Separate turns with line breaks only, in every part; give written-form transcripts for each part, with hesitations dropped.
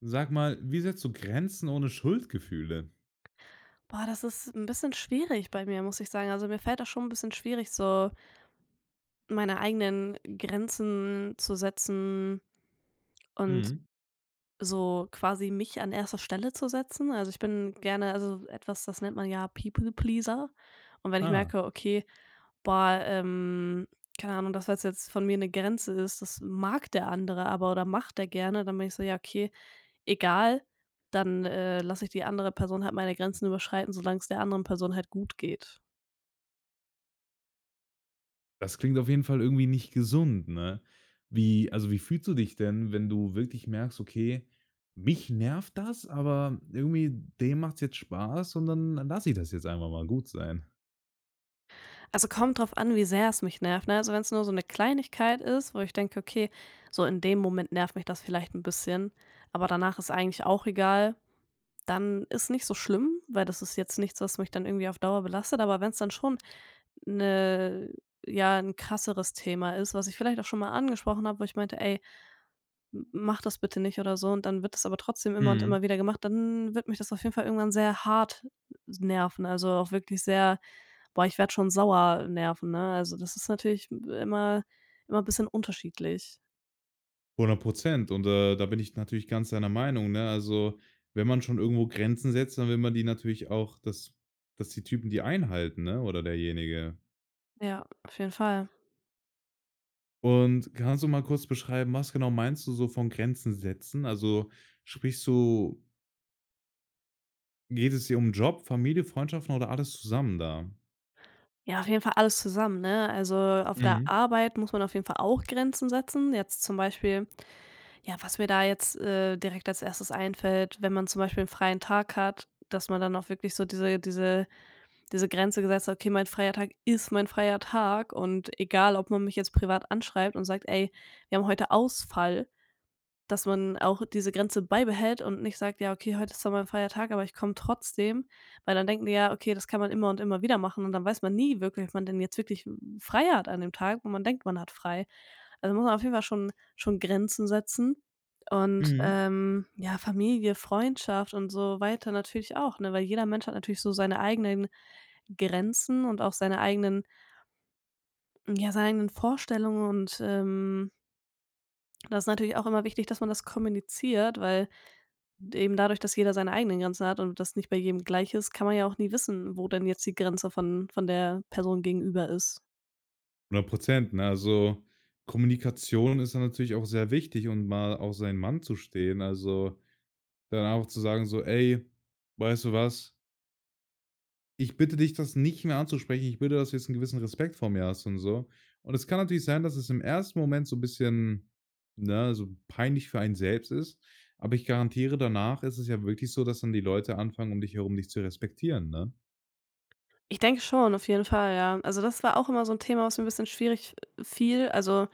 Sag mal, wie setzt du Grenzen ohne Schuldgefühle?
Boah, das ist ein bisschen schwierig bei mir, muss ich sagen. Also, mir fällt das schon ein bisschen schwierig, so meine eigenen Grenzen zu setzen und
Mhm.
so quasi mich an erster Stelle zu setzen. Also, ich bin gerne also, etwas, das nennt man ja People Pleaser. Und wenn ich
Ah,
merke, okay, boah, keine Ahnung, das, was jetzt von mir eine Grenze ist, das mag der andere aber oder macht der gerne, dann bin ich so: „Ja, okay, egal, dann, lasse ich die andere Person halt meine Grenzen überschreiten, solange es der anderen Person halt gut geht.“
das klingt auf jeden Fall irgendwie nicht gesund, ne? Wie fühlst du dich denn, wenn du wirklich merkst: „Okay, mich nervt das, aber irgendwie dem macht's jetzt Spaß und dann lasse ich das jetzt einfach mal gut sein?“
Also, kommt drauf an, wie sehr es mich nervt, ne? Also, wenn es nur so eine Kleinigkeit ist, wo ich denke: „Okay, so in dem Moment nervt mich das vielleicht ein bisschen, aber danach ist eigentlich auch egal“, dann ist nicht so schlimm, weil das ist jetzt nichts, was mich dann irgendwie auf Dauer belastet. Aber wenn es dann schon 'ne ja, 'n krasseres Thema ist, was ich vielleicht auch schon mal angesprochen habe, wo ich meinte: „Ey, M mach das bitte nicht oder so und dann wird das aber trotzdem immer und
Mhm,
immer wieder gemacht, dann wird mich das auf jeden Fall irgendwann sehr hart nerven, also auch wirklich sehr boah, ich werde schon sauer nerven, ne? Also, das ist natürlich immer 'n bisschen unterschiedlich.
hundert Prozent. Und, da bin ich natürlich ganz deiner Meinung, ne? Also, wenn man schon irgendwo Grenzen setzt, dann will man die natürlich auch, dass dass die Typen die einhalten, ne, oder derjenige.
Ja, auf jeden Fall.
Und kannst du mal kurz beschreiben, was genau meinst du so von Grenzen setzen? Also, sprichst du geht es dir um Job, Familie, Freundschaften oder alles zusammen da?
Ja, auf jeden Fall alles zusammen, ne? Also, auf der
Mhm.
Arbeit muss man auf jeden Fall auch Grenzen setzen. Jetzt zum Beispiel ja, was mir da jetzt, direkt als erstes einfällt, wenn man zum Beispiel einen freien Tag hat, dass man dann auch wirklich so diese diese Grenze gesetzt „Okay, mein freier Tag ist mein freier Tag und egal, ob man mich jetzt privat anschreibt und sagt: ‚Ey, wir haben heute Ausfall‘“, dass man auch diese Grenze beibehält und nicht sagt: „Ja, okay, heute ist zwar mein freier Tag, aber ich komme trotzdem“, weil dann denken die ja: „Okay, das kann man immer und immer wieder machen“ und dann weiß man nie wirklich, ob man denn jetzt wirklich frei hat an dem Tag, wo man denkt, man hat frei. Also, muss man auf jeden Fall schon Grenzen setzen und,
Mhm.
ja, Familie, Freundschaft und so weiter natürlich auch, ne? Weil jeder Mensch hat natürlich so seine eigenen Grenzen und auch seine eigenen ja, seine eigenen Vorstellungen und, das ist natürlich auch immer wichtig, dass man das kommuniziert, weil eben dadurch, dass jeder seine eigenen Grenzen hat und das nicht bei jedem gleich ist, kann man ja auch nie wissen, wo denn jetzt die Grenze von der Person gegenüber ist.
100, ne? Also, Kommunikation ist dann natürlich auch sehr wichtig und mal auf seinen Mann zu stehen. Also, dann auch zu sagen so: „Ey, weißt du was? Ich bitte dich, das nicht mehr anzusprechen. Ich bitte, dass du jetzt einen gewissen Respekt vor mir hast und so. Und es kann natürlich sein, dass es im ersten Moment so ein bisschen, ne, so peinlich für einen selbst ist, aber ich garantiere, danach ist es ja wirklich so, dass dann die Leute anfangen, um dich herum dich zu respektieren, ne?“
Ich denke schon, auf jeden Fall, ja. Also, das war auch immer so ein Thema, was mir ein bisschen schwierig fiel. Also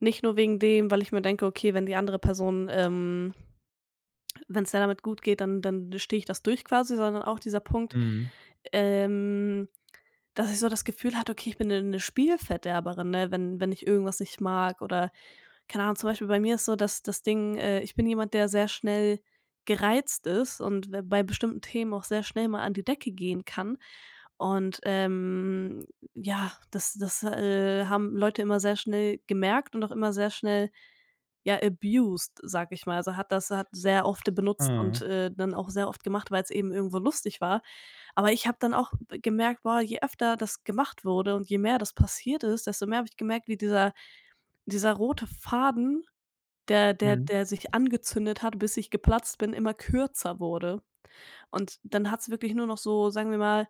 nicht nur wegen dem, weil ich mir denke: „Okay, wenn die andere Person wenn es der damit gut geht, dann stehe ich das durch quasi“, sondern auch dieser Punkt,
Mhm.
ähm, dass ich so das Gefühl hatte: „Okay, ich bin eine 'ne Spielverderberin“, ne, wenn ich irgendwas nicht mag oder keine Ahnung, zum Beispiel bei mir ist so dass das Ding, ich bin jemand, der sehr schnell gereizt ist und w bei bestimmten Themen auch sehr schnell mal an die Decke gehen kann. Und, ja, das haben Leute immer sehr schnell gemerkt und auch immer sehr schnell ja, abused, sag ich mal. Also, hat sehr oft benutzt
Ah.
und, dann auch sehr oft gemacht, weil es eben irgendwo lustig war. Aber ich habe dann auch b gemerkt, boah, je öfter das gemacht wurde und je mehr das passiert ist, desto mehr habe ich gemerkt, wie dieser rote Faden, der der
Mhm.
der sich angezündet hat, bis ich geplatzt bin, immer kürzer wurde. Und dann hat es wirklich nur noch so, sagen wir mal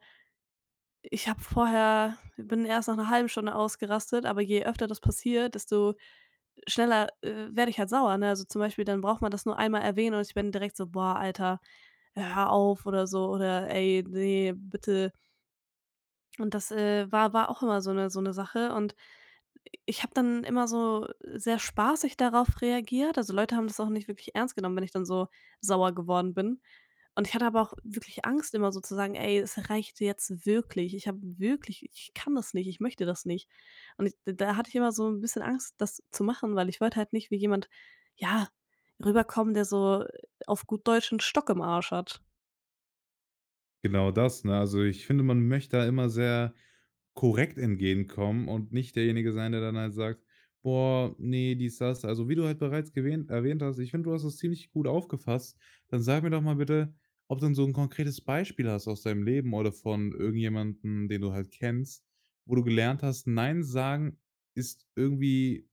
ich habe vorher bin erst nach 'ner halben Stunde ausgerastet, aber je öfter das passiert, desto schneller, werde ich halt sauer, ne? Also, zum Beispiel, dann braucht man das nur einmal erwähnen und ich bin direkt so: „Boah, Alter, hör auf“ oder so oder: „Ey, nee, bitte.“ Und das, war auch immer so eine Sache und ich habe dann immer so sehr spaßig darauf reagiert. Also, Leute haben das auch nicht wirklich ernst genommen, wenn ich dann so sauer geworden bin. Und ich hatte aber auch wirklich Angst, immer so zu sagen: „Ey, es reicht jetzt wirklich. Ich habe wirklich ich kann das nicht, ich möchte das nicht.“ Und ich da hatte ich immer so ein bisschen Angst, das zu machen, weil ich wollte halt nicht wie jemand, ja, rüberkommen, der so auf gut Deutsch 'n Stock im Arsch hat.
Genau das, ne? Also, ich finde, man möchte da immer sehr korrekt entgegenkommen und nicht derjenige sein, der dann halt sagt: „Boah, nee dies, das.“ Also, wie du halt bereits gewähnt erwähnt hast, ich finde, du hast das ziemlich gut aufgefasst. Dann sag mir doch mal bitte, ob du denn so ein konkretes Beispiel hast aus deinem Leben oder von irgendjemandem, den du halt kennst, wo du gelernt hast, nein sagen ist irgendwie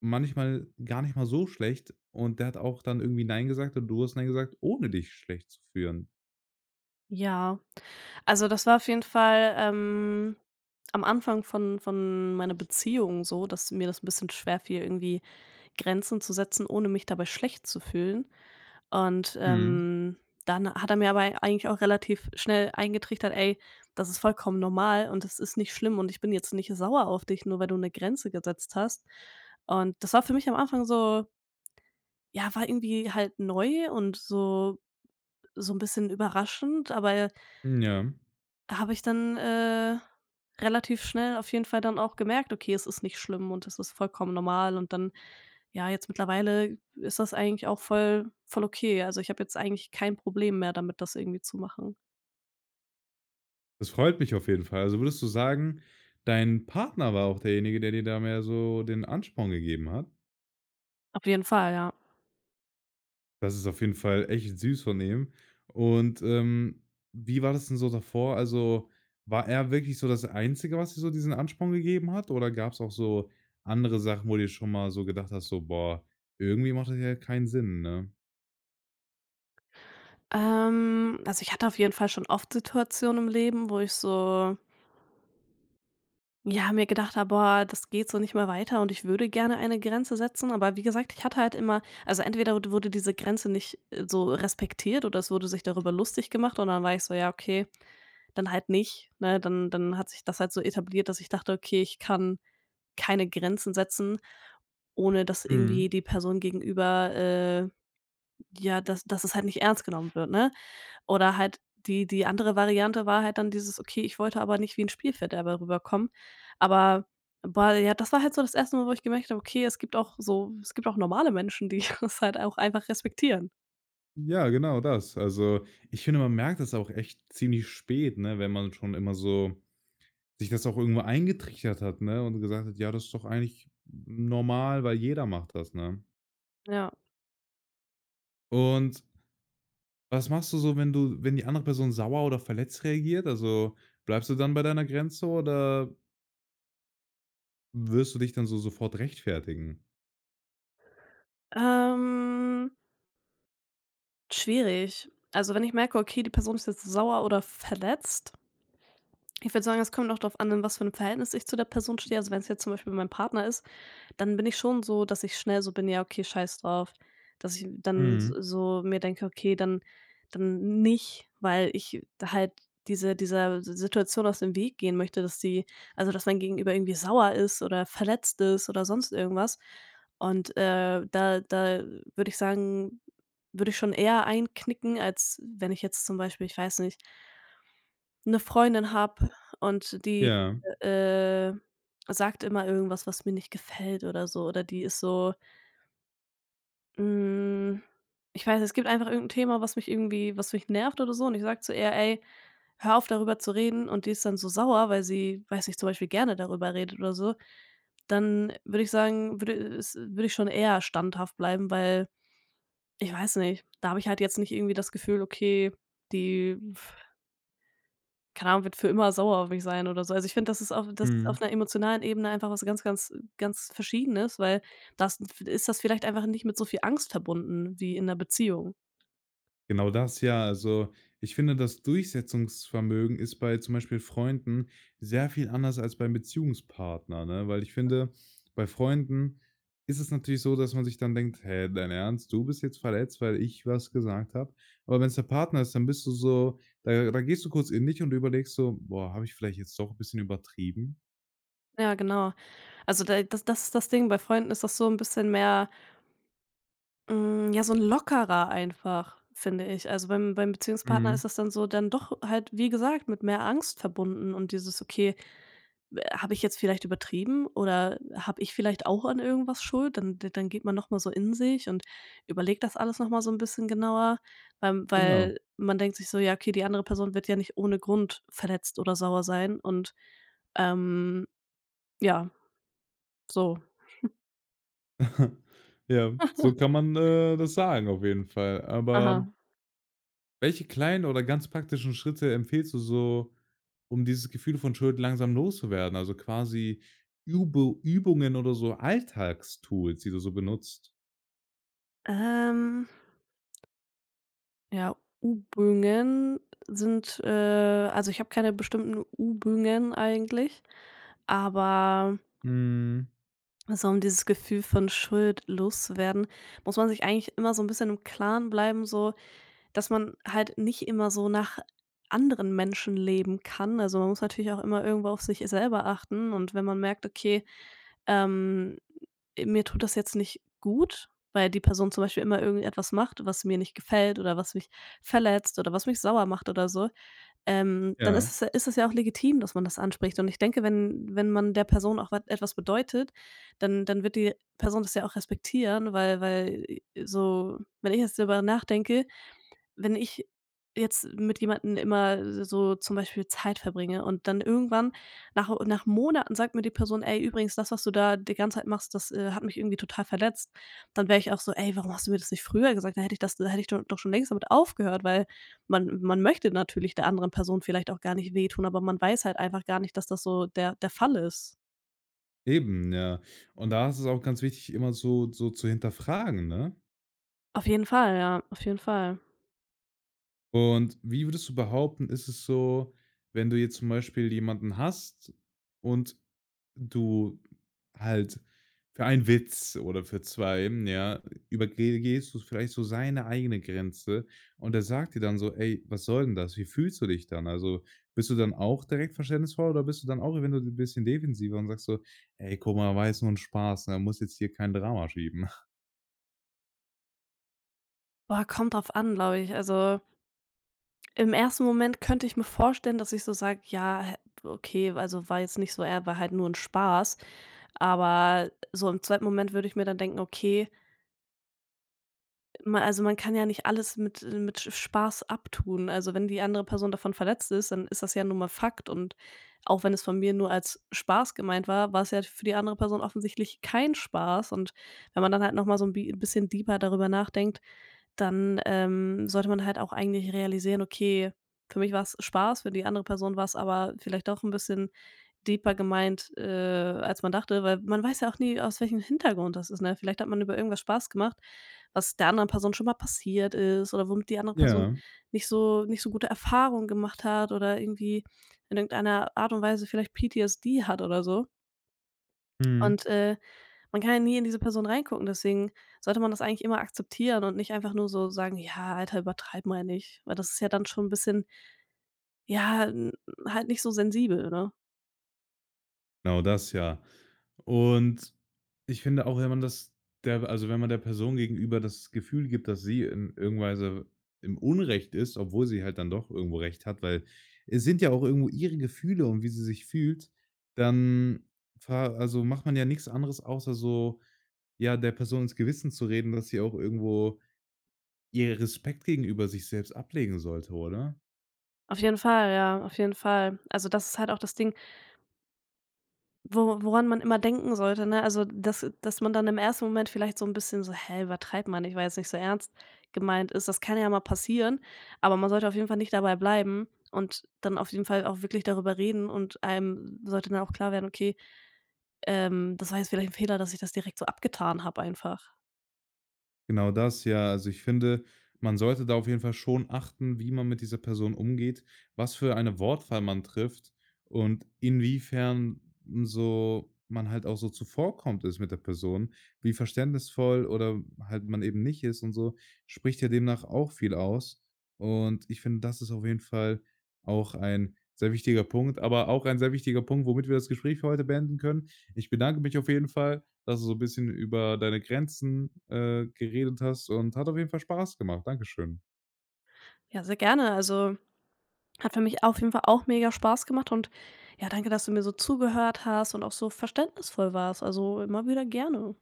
manchmal gar nicht mal so schlecht und der hat auch dann irgendwie nein gesagt und du hast nein gesagt, ohne dich schlecht zu führen.
Ja. Also, das war auf jeden Fall, am Anfang von meiner Beziehung so, dass mir das ein bisschen schwerfiel, irgendwie Grenzen zu setzen, ohne mich dabei schlecht zu fühlen. Und,
Mhm.
dann hat er mir aber eigentlich auch relativ schnell eingetrichtert: „Ey, das ist vollkommen normal und das ist nicht schlimm und ich bin jetzt nicht sauer auf dich, nur weil du eine Grenze gesetzt hast.“ Und das war für mich am Anfang so ja, war irgendwie halt neu und so so ein bisschen überraschend, aber
Ja.
habe ich dann, relativ schnell auf jeden Fall dann auch gemerkt: „Okay, es ist nicht schlimm und es ist vollkommen normal.“ Und dann ja, jetzt mittlerweile ist das eigentlich auch voll okay. Also, ich habe jetzt eigentlich kein Problem mehr damit, das irgendwie zu machen.
Das freut mich auf jeden Fall. Also würdest du sagen, dein Partner war auch derjenige, der dir da mehr so den Ansporn gegeben hat?
Auf jeden Fall, ja.
Das ist auf jeden Fall echt süß von ihm. Und, wie war das denn so davor? Also, war er wirklich so das Einzige, was dir so diesen Ansporn gegeben hat? Oder gab es auch so andere Sachen, wo du dir schon mal so gedacht hast, so: „Boah, irgendwie macht das ja keinen Sinn“, ne?
Also, ich hatte auf jeden Fall schon oft Situationen im Leben, wo ich so ja, mir gedacht habe: „Boah, das geht so nicht mehr weiter und ich würde gerne eine Grenze setzen.“ Aber wie gesagt, ich hatte halt immer also entweder wud wurde diese Grenze nicht, so respektiert oder es wurde sich darüber lustig gemacht und dann war ich so: „Ja, okay, dann halt nicht“, ne? Dann hat sich das halt so etabliert, dass ich dachte: „Okay, ich kann keine Grenzen setzen, ohne dass
Mhm.
irgendwie die Person gegenüber, ja, dass es halt nicht ernst genommen wird“, ne? Oder halt die andere Variante war halt dann dieses: „Okay, ich wollte aber nicht wie 'n Spielverderber rüberkommen.“ Aber, boah, ja, das war halt so das erste Mal, wo ich gemerkt habe: „Okay, es gibt auch normale Menschen, die das halt auch einfach respektieren.“
Ja, genau das. Also, ich finde, man merkt das auch echt ziemlich spät, ne, wenn man schon immer so Sich das auch irgendwo eingetrichtert hat, ne, und gesagt hat: „Ja, das ist doch eigentlich normal, weil jeder macht das“, ne?
Ja.
Und was machst du so, wenn du wenn die andere Person sauer oder verletzt reagiert? Also, bleibst du dann bei deiner Grenze oder wirst du dich dann so sofort rechtfertigen?
Ähm, schwierig. Also, wenn ich merke, okay, die Person ist jetzt sauer oder verletzt ich würde sagen, es kommt auch drauf an, in was für ein Verhältnis ich zu der Person stehe. Also, wenn es jetzt zum Beispiel mein Partner ist, dann bin ich schon so, dass ich schnell so bin: „Ja, okay, scheiß drauf.“ Dass ich dann s
Mhm.
so mir denke: „Okay, dann nicht“, weil ich halt dieser Si Situation aus dem Weg gehen möchte, dass die also, dass mein Gegenüber irgendwie sauer ist oder verletzt ist oder sonst irgendwas. Und, da würde ich sagen würde ich schon eher einknicken, als wenn ich jetzt zum Beispiel ich weiß nicht 'ne Freundin habe und die,
Ja.
äh, sagt immer irgendwas, was mir nicht gefällt oder so oder die ist so, hm ich weiß nicht, es gibt einfach irgend 'n Thema, was mich irgendwie was mich nervt oder so und ich sage zu ihr: „Ey, hör auf, darüber zu reden“ und die ist dann so sauer, weil sie, weiß nicht, zum Beispiel gerne darüber redet oder so, dann würde ich sagen, würde ich schon eher standhaft bleiben, weil ich weiß nicht, da habe ich halt jetzt nicht irgendwie das Gefühl, okay, die keine Ahnung, wird für immer sauer auf mich sein oder so. Also, ich finde, das ist
Mhm.
auf 'ner emotionalen Ebene einfach was ganz, ganz Verschiedenes, weil das ist das vielleicht einfach nicht mit so viel Angst verbunden wie in 'ner Beziehung.
Genau das, ja. Also, ich finde, das Durchsetzungsvermögen ist bei zum Beispiel Freunden sehr viel anders als beim Beziehungspartner, ne? Weil ich finde, bei Freunden ist es natürlich so, dass man sich dann denkt: „Hey, dein Ernst? Du bist jetzt verletzt, weil ich was gesagt habe?“ Aber wenn es der Partner ist, dann bist du so, da gehst du kurz in dich und du überlegst so: „Boah, habe ich vielleicht jetzt doch ein bisschen übertrieben?“
Ja, genau. Also, da das ist das Ding, bei Freunden ist das so ein bisschen mehr hm, ja, so ein lockerer einfach, finde ich. Also, beim Beziehungspartner
Mhm.
ist das dann so dann doch halt, wie gesagt, mit mehr Angst verbunden und dieses: „Okay, habe ich jetzt vielleicht übertrieben oder habe ich vielleicht auch an irgendwas schuld?“ Dann geht man noch mal so in sich und überlegt das alles noch mal so ein bisschen genauer, weil
Genau.
man denkt sich so: „Ja, okay, die andere Person wird ja nicht ohne Grund verletzt oder sauer sein“ und, ähm, ja, so.
Ja, so kann man, das sagen auf jeden Fall.
Aha.
Aber welche kleinen oder ganz praktischen Schritte empfiehlst du so, um dieses Gefühl von Schuld langsam loszuwerden? Also quasi Übungen oder so Alltagstools, die du so benutzt?
Ähm ja, U-Bögen sind, also, ich habe keine bestimmten U-Bögen eigentlich, aber
Mhm.
so um dieses Gefühl von Schuld loszuwerden, muss man sich eigentlich immer so ein bisschen im Klaren bleiben, so, dass man halt nicht immer so nach anderen Menschen leben kann. Also, man muss natürlich auch immer irgendwo auf sich selber achten und wenn man merkt: „Okay, ähm, mir tut das jetzt nicht gut, weil die Person zum Beispiel immer irgendetwas macht, was mir nicht gefällt oder was mich verletzt oder was mich sauer macht oder so, dann ist
Ja,
es ja ist es ja auch legitim, dass man das anspricht. Und ich denke, wenn man der Person auch wat etwas bedeutet, dann wird die Person das ja auch respektieren, weil wenn ich jetzt darüber nachdenke wenn ich jetzt mit jemandem immer so zum Beispiel Zeit verbringe und dann irgendwann nach Monaten sagt mir die Person: „Ey, übrigens, das, was du da die ganze Zeit machst, das, hat mich irgendwie total verletzt.“ Dann wäre ich auch so: „Ey, warum hast du mir das nicht früher gesagt? Dann hätte ich das da hätte ich do doch schon längst damit aufgehört.“ Weil man möchte natürlich der anderen Person vielleicht auch gar nicht wehtun, aber man weiß halt einfach gar nicht, dass das so der Fall ist.
eben, ja. Und da ist es auch ganz wichtig, immer so zu hinterfragen, ne?
Auf jeden Fall, ja, auf jeden Fall.
Und wie würdest du behaupten, ist es so, wenn du jetzt zum Beispiel jemanden hast und Du halt für einen Witz oder für 2 ja, übergehst du vielleicht so seine eigene Grenze und er sagt dir dann so: „Ey, was soll denn das? Wie fühlst du dich dann?“ Also, bist du dann auch direkt verständnisvoll oder bist du dann auch, wenn du ein bisschen defensiver und sagst so: „Ey, guck mal, war jetzt nur 'n Spaß, ne? Muss jetzt hier kein Drama schieben.“
Boah, kommt drauf an, glaube ich. Also im ersten Moment könnte ich mir vorstellen, dass ich so sage: „Ja, hä, okay, also, war jetzt nicht so er war halt nur ein Spaß.“ Aber so im zweiten Moment würde ich mir dann denken: „Okay, Ma also, man kann ja nicht alles mit Spaß abtun. Also, wenn die andere Person davon verletzt ist, dann ist das ja nun mal Fakt und auch wenn es von mir nur als Spaß gemeint war, war es ja für die andere Person offensichtlich kein Spaß und wenn man dann halt noch mal so ein bi bisschen deeper darüber nachdenkt, dann, sollte man halt auch eigentlich realisieren: „Okay, für mich war es Spaß, für die andere Person war es aber vielleicht doch ein bisschen deeper gemeint, als man dachte“, weil man weiß ja auch nie, aus welchem Hintergrund das ist, ne? Vielleicht hat man über irgendwas Spaß gemacht, was der anderen Person schon mal passiert ist oder womit die andere Person
Ja,
nicht so gute Erfahrungen gemacht hat oder irgendwie in irgendeiner Art und Weise vielleicht PTSD hat oder so.
mhm.
Und, man kann ja nie in diese Person reingucken, deswegen sollte man das eigentlich immer akzeptieren und nicht einfach nur so sagen: „Ja, Alter, übertreib mal nicht“, weil das ist ja dann schon ein bisschen, ja, n halt nicht so sensibel, ne?
Genau das, ja. Und ich finde auch, wenn man das wenn man der Person gegenüber das Gefühl gibt, dass sie in irgend Weise im Unrecht ist, obwohl sie halt dann doch irgendwo recht hat, weil es sind ja auch irgendwo ihre Gefühle und wie sie sich fühlt, dann macht man ja nichts anderes außer so, ja, der Person ins Gewissen zu reden, dass sie auch irgendwo ihr Respekt gegenüber sich selbst ablegen sollte, oder?
Auf jeden Fall, ja, auf jeden Fall. Also, das ist halt auch das Ding. Wo woran man immer denken sollte, ne? Also, dass man dann im ersten Moment vielleicht so ein bisschen so: „Hä, übertreibt man ich weil jetzt nicht so ernst gemeint ist. Das kann ja mal passieren, aber man sollte auf jeden Fall nicht dabei bleiben und dann auf jeden Fall auch wirklich darüber reden und einem sollte dann auch klar werden: „Okay, das war jetzt vielleicht ein Fehler, dass ich das direkt so abgetan habe einfach.“
Genau das, ja. Also, ich finde, man sollte da auf jeden Fall schon achten, wie man mit dieser Person umgeht, was für eine Wortwahl man trifft und inwiefern so man halt auch so zuvorkommt ist mit der Person, wie verständnisvoll oder halt man eben nicht ist und so, spricht ja demnach auch viel aus. Und ich finde, das ist auf jeden Fall auch ein sehr wichtiger Punkt, aber auch ein sehr wichtiger Punkt, womit wir das Gespräch für heute beenden können. Ich bedanke mich auf jeden Fall, dass du so ein bisschen über deine Grenzen, geredet hast und hat auf jeden Fall Spaß gemacht. Dankeschön.
Ja, sehr gerne. Also, hat für mich auf jeden Fall auch mega Spaß gemacht und ja, danke, dass du mir so zugehört hast und auch so verständnisvoll warst. Also, immer wieder gerne.